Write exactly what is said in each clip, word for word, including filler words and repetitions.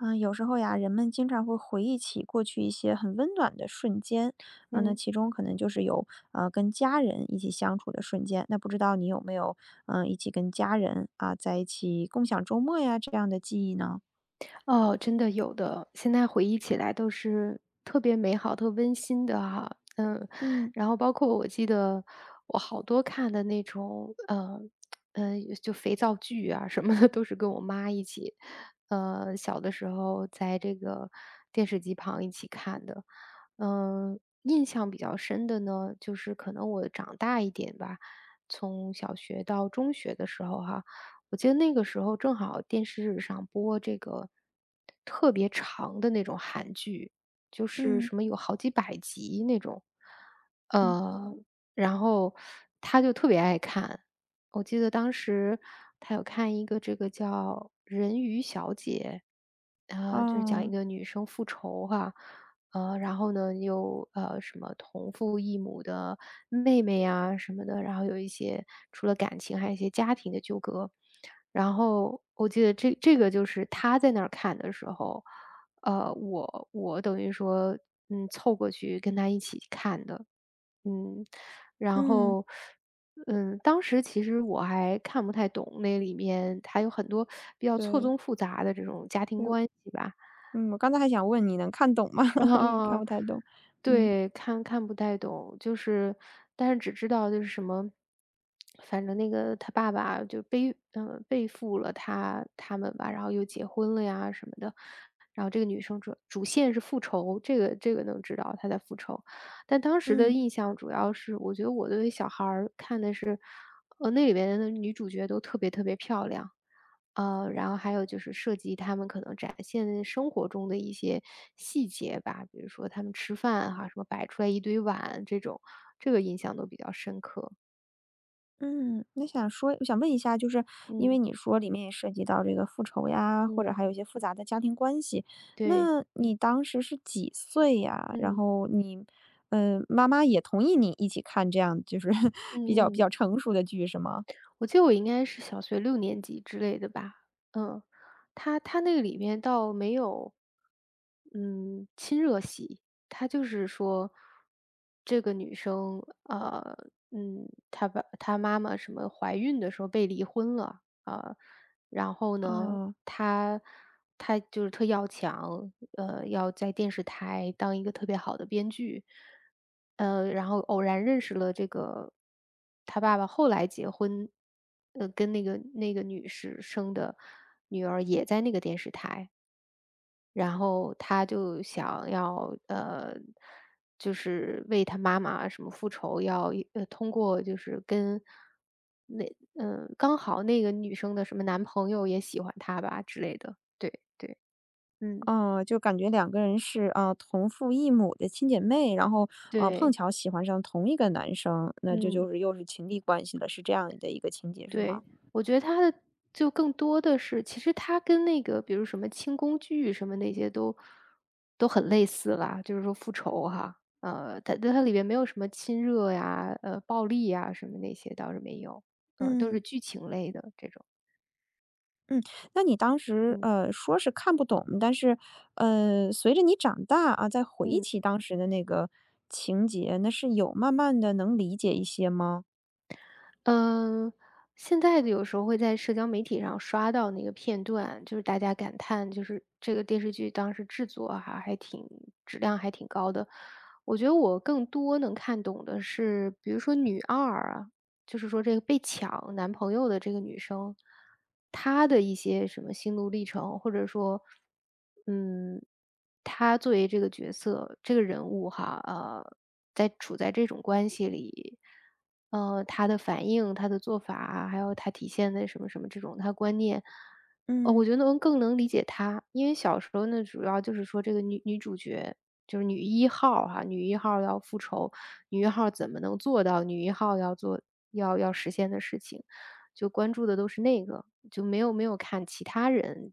嗯，有时候呀，人们经常会回忆起过去一些很温暖的瞬间，啊，那嗯，其中可能就是有呃跟家人一起相处的瞬间。那不知道你有没有嗯、呃一起跟家人啊在一起共享周末呀这样的记忆呢？哦，真的有的，现在回忆起来都是特别美好、特温馨的哈。嗯，嗯。然后包括我记得我好多看的那种，呃，呃，就肥皂剧啊什么的，都是跟我妈一起，呃，小的时候在这个电视机旁一起看的。嗯，印象比较深的呢，就是可能我长大一点吧，从小学到中学的时候哈，我记得那个时候正好电视上播这个特别长的那种韩剧，就是嗯。什么有好几百集那种，嗯。呃，然后他就特别爱看。我记得当时他有看一个这个叫《人鱼小姐》，然后就是讲哦。一个女生复仇哈、呃，然后呢，又呃什么同父异母的妹妹呀什么的，然后有一些除了感情，还有一些家庭的纠葛。然后我记得这这个就是他在那儿看的时候，呃，我我等于说，嗯，凑过去跟他一起看的，嗯，然嗯，后，嗯，当时其实我还看不太懂那里面，它有很多比较错对综复杂的这种家庭对，关系吧。嗯，我刚才还想问你能看懂吗？嗯 因为嗯，看不嗯太懂。嗯。对，看看不太懂，就是，但是只知道就是什么，反正那个他爸爸就背，呃，背负了他他们吧，然后又结婚了呀什么的，然后这个女生主主线是复仇，这个这个能知道她在复仇。但当时的嗯。印象主要是，我觉得我对小孩儿看的是，呃，那里边的女主角都特别特别漂亮，呃，然后还有就是涉及他们可能展现生活中的一些细节吧，比如说他们吃饭哈、什么摆出来一堆碗这种，这个印象都比较深刻。嗯，那想说我想问一下，就是因为嗯你说里面也涉及到这个复仇呀，或者嗯，还有一些复杂的家庭关系，对，那你当时是几岁呀？然嗯后你，嗯、妈妈也同意你一起看这样就是 嗯比较比嗯。较成熟的剧是吗？我记得我应该是小学六年级之类的吧。嗯，他他那个里面倒没有嗯，亲热戏，他就是说这个女生，呃，嗯，她爸她妈妈什么怀孕的时候被离婚了，啊、然后呢，哦。他他就是特要强，呃，要在电视台当一个特别好的编剧，呃，然后偶然认识了这个他爸爸后来结婚，呃，跟那个那个女士生的女儿也在那个电视台。然后他就想要，呃，就是为他妈妈什么复仇，要呃，通过就是跟那嗯，呃刚好那个女生的什么男朋友也喜欢他吧之类的。对对，嗯，哦，就感觉两个人是啊、呃同父异母的亲姐妹，然后呃碰对，巧喜欢上同一个男生，那就就嗯。是又是情敌关系了，是这样的一个情节是吗？对，我觉得它的就更多的是，其实它跟那个比如什么清宫剧什么那些都都很类似啦，就是说复仇哈，呃，它它里面没有什么亲热呀、呃，暴力呀什么那些倒是没有，呃，都嗯。是剧情类的这种。嗯，那你当时，嗯。呃，说是看不懂，但是，呃，随着你长大啊，再回忆嗯。起当时的那个情节，那是有慢慢的能理解一些吗？嗯，现在的有时候会在社交媒体上刷到那个片段，就是大家感叹，就是这个电视剧当时制作还还挺，质量还挺高的。我觉得我更多能看懂的是，比如说女二啊，就是说这个被抢男朋友的这个女生，她的一些什么心路历程，或者说，嗯，她作为这个角色、这个人物哈，呃，在处在这种关系里，呃，她的反应、她的做法，还有她体现的什么什么这种她观念，呃，嗯。我觉得能更能理解她。因为小时候呢，主要就是说这个女女主角，就是女一号哈，女一号要复仇，女一号怎么能做到女一号要做要要实现的事情，就关注的都是那个，就没有没有看其他人，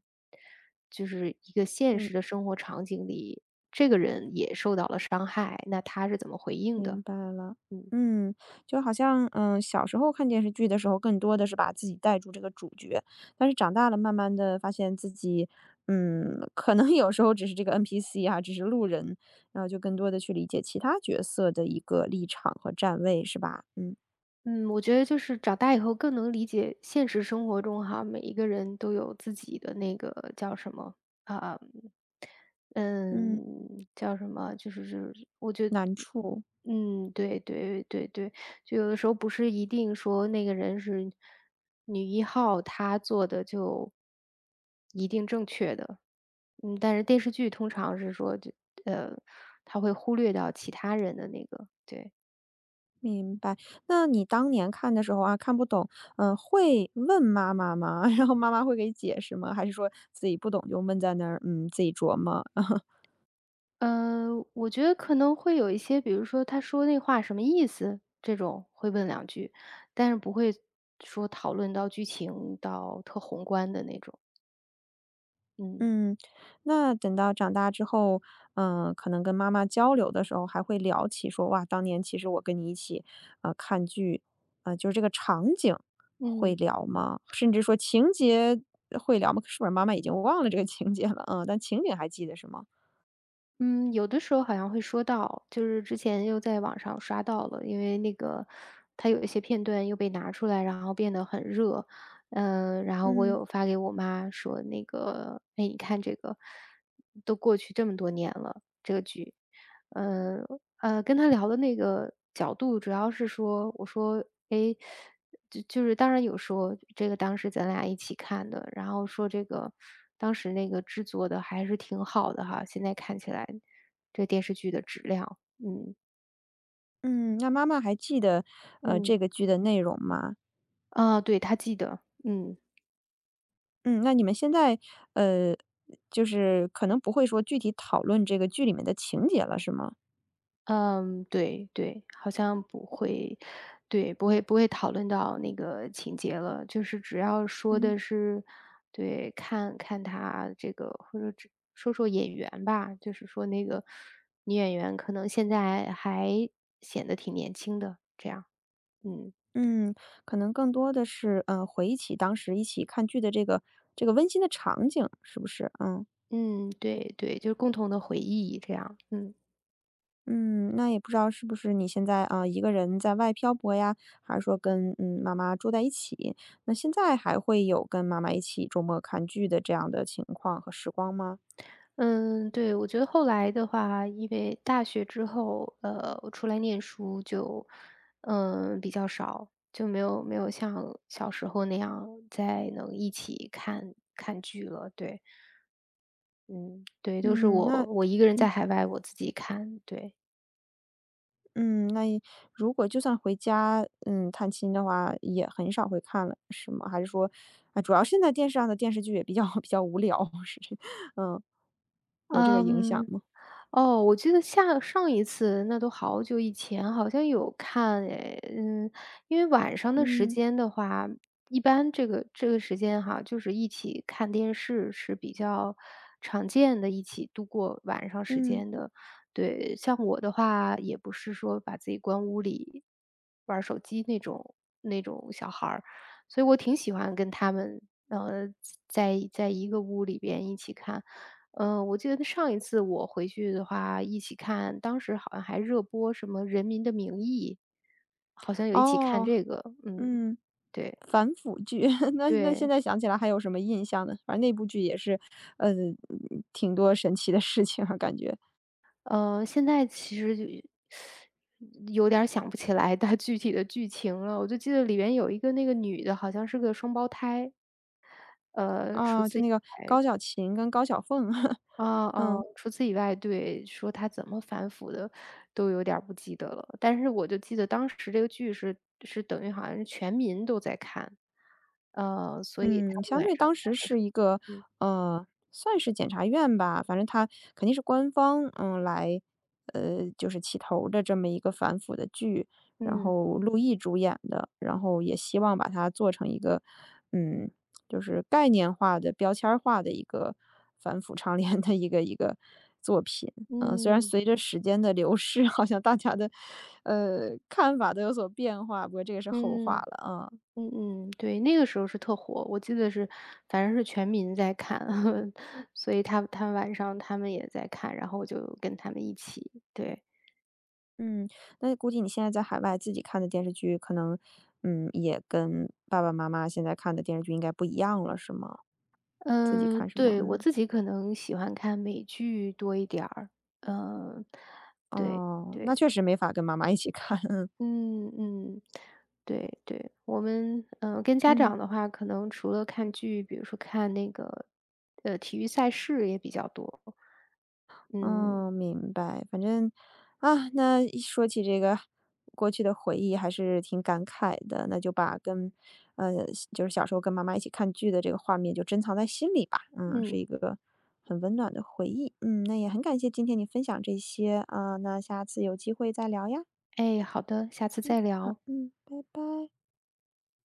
就是一个现嗯。实的生活场景里，这个人也受到了伤害，那他是怎么回应明的？白了。嗯。嗯，就好像，嗯，呃小时候看电视剧的时候，更多的是把自己带入这个主角，但是长大了，慢慢的发现自己，嗯，可能有时候只是这个 N P C 啊，只是路人，然后就更多的去理解其他角色的一个立场和站位，是吧？嗯。嗯，我觉得就是长大以后更能理解现实生活中哈，每一个人都有自己的那个叫什么啊、呃嗯。嗯，叫什么？就是就是我觉得难处。嗯，对对对对，就有的时候不是一定说那个人是女一号，她做的就一定正确的。嗯，但是电视剧通常是说就呃，他会忽略掉其他人的那个，对。明白。那你当年看的时候啊，看不懂，嗯、会问妈妈吗？然后妈妈会给解释吗？还是说自己不懂就闷在那儿，嗯，自己琢磨？呃，我觉得可能会有一些，比如说他说那话什么意思，这种会问两句，但是不会说讨论到剧情到特宏观的那种。嗯嗯，那等到长大之后，嗯、可能跟妈妈交流的时候，还会聊起说，哇，当年其实我跟你一起，呃，看剧，啊，就是这个场景会嗯聊吗？甚至说情节会聊吗？是不是妈妈已经忘了这个情节了？嗯，但情景还记得是吗？嗯，有的时候好像会说到，就是之前又在网上刷到了，因为那个他有一些片段又被拿出来，然后变得很热。嗯、然后我嗯。有发给我妈说那个，哎，你看这个都过去这么多年了，这个剧。嗯呃，跟他聊的那个角度主要是说，我说，诶，就就是当然有说这个当时咱俩一起看的，然后说这个当时那个制作的还是挺好的哈，现在看起来这电视剧的质量。嗯。嗯。那妈妈还记得，呃，嗯。这个剧的内容吗？啊，对，他记得，嗯。嗯，那你们现在，呃，就是可能不会说具体讨论这个剧里面的情节了，是吗？嗯，对对，好像不会，对，不会不会讨论到那个情节了，就是只要说嗯。的是，对，看看他这个，或者只说说演员吧，就是说那个女演员可能现在还显得挺年轻的，这样，嗯嗯，可能更多的是，嗯回忆起当时一起看剧的这个这个温馨的场景，是不是？嗯。嗯，对对，就是共同的回忆这样，嗯。嗯，那也不知道是不是你现在啊，呃一个人在外漂泊呀，还是说跟嗯妈妈住在一起？那现在还会有跟妈妈一起周末看剧的这样的情况和时光吗？嗯，对，我觉得后来的话，因为大学之后，呃，我出来念书就，嗯，比较少，就没有没有像小时候那样再能一起看看剧了。对，嗯，对，都是嗯，我那。我一个人在嗯。海外我自己看，对。嗯，那一如果就算回家，嗯，探亲的话，也很少会看了，是吗？还是说，啊，主要现在电视上的电视剧也比较 比较无聊，是这，嗯，有这个影响嗯，吗？哦，我记得下上一次那都好久以前，好像有看哎，嗯，因为晚上的时嗯。间的话，一般这个这个时间哈，就是一起看电视是比较常见的，一起度过晚上时嗯。间的。对，像我的话，也不是说把自己关屋里玩儿手机那种那种小孩儿，所以我挺喜欢跟他们呃在在一个屋里边一起看。嗯，我记得上一次我回去的话一起看，当时好像还热播什么《人民的名义》，好像有一起看哦。这个，嗯，嗯。对反腐剧，那那现对。在想起来还有什么印象呢？反正那部剧也是，呃，嗯挺多神奇的事情啊，感觉呃，现在其实就有点儿想不起来它具体的剧情了，我就记得里面有一个那个女的好像是个双胞胎，呃，除啊，就此那个高小琴跟高小凤，哦哦，嗯。除此以外，对，说他怎么反腐的，都有点儿不记得了。但是我就记得当时这个剧是是等于好像是全民都在看，呃，所以嗯，他们相晚对上当时看的时是一个，候，嗯呃，算是检察院吧，反正他肯定是官方，嗯，来，呃，就是起头的这么一个反腐的剧，然嗯后陆毅主演的，然后也希望把它做成一个，嗯，就是概念化的、标签儿化的一个反腐倡廉的一个一个作品。嗯，虽然嗯随着时间的流逝，好像大家的，呃，看法都有所变化，不过这个是后话嗯了，啊。嗯嗯，对，那个时候是特火，我记得是反正是全民在看，所以他他晚上他们也在看，然后我就跟他们一起，对。嗯，那估计你现在在海外自己看的电视剧，可能，嗯，也跟爸爸妈妈现在看的电视剧应该不一样了，是吗？自己嗯，看什么？对，我嗯。自己可能喜欢看美剧多一点儿，嗯，对哦，那对，确实没法跟妈妈一起看，嗯。嗯嗯，对对，我们嗯呃跟家嗯。长的话，可能除了看剧，比如说看那个呃体育赛事也比较多，嗯哦，明白。反正，啊，那一说起这个过去的回忆，还是挺感慨的。那就把跟，呃，就是小时候跟妈妈一起看剧的这个画面，就珍藏在心里吧。嗯，嗯，是一个很温暖的回忆。嗯，那也很感谢今天你分享这些啊，那下次有机会再聊呀。哎，好的，下次嗯，再好，聊。嗯，拜拜。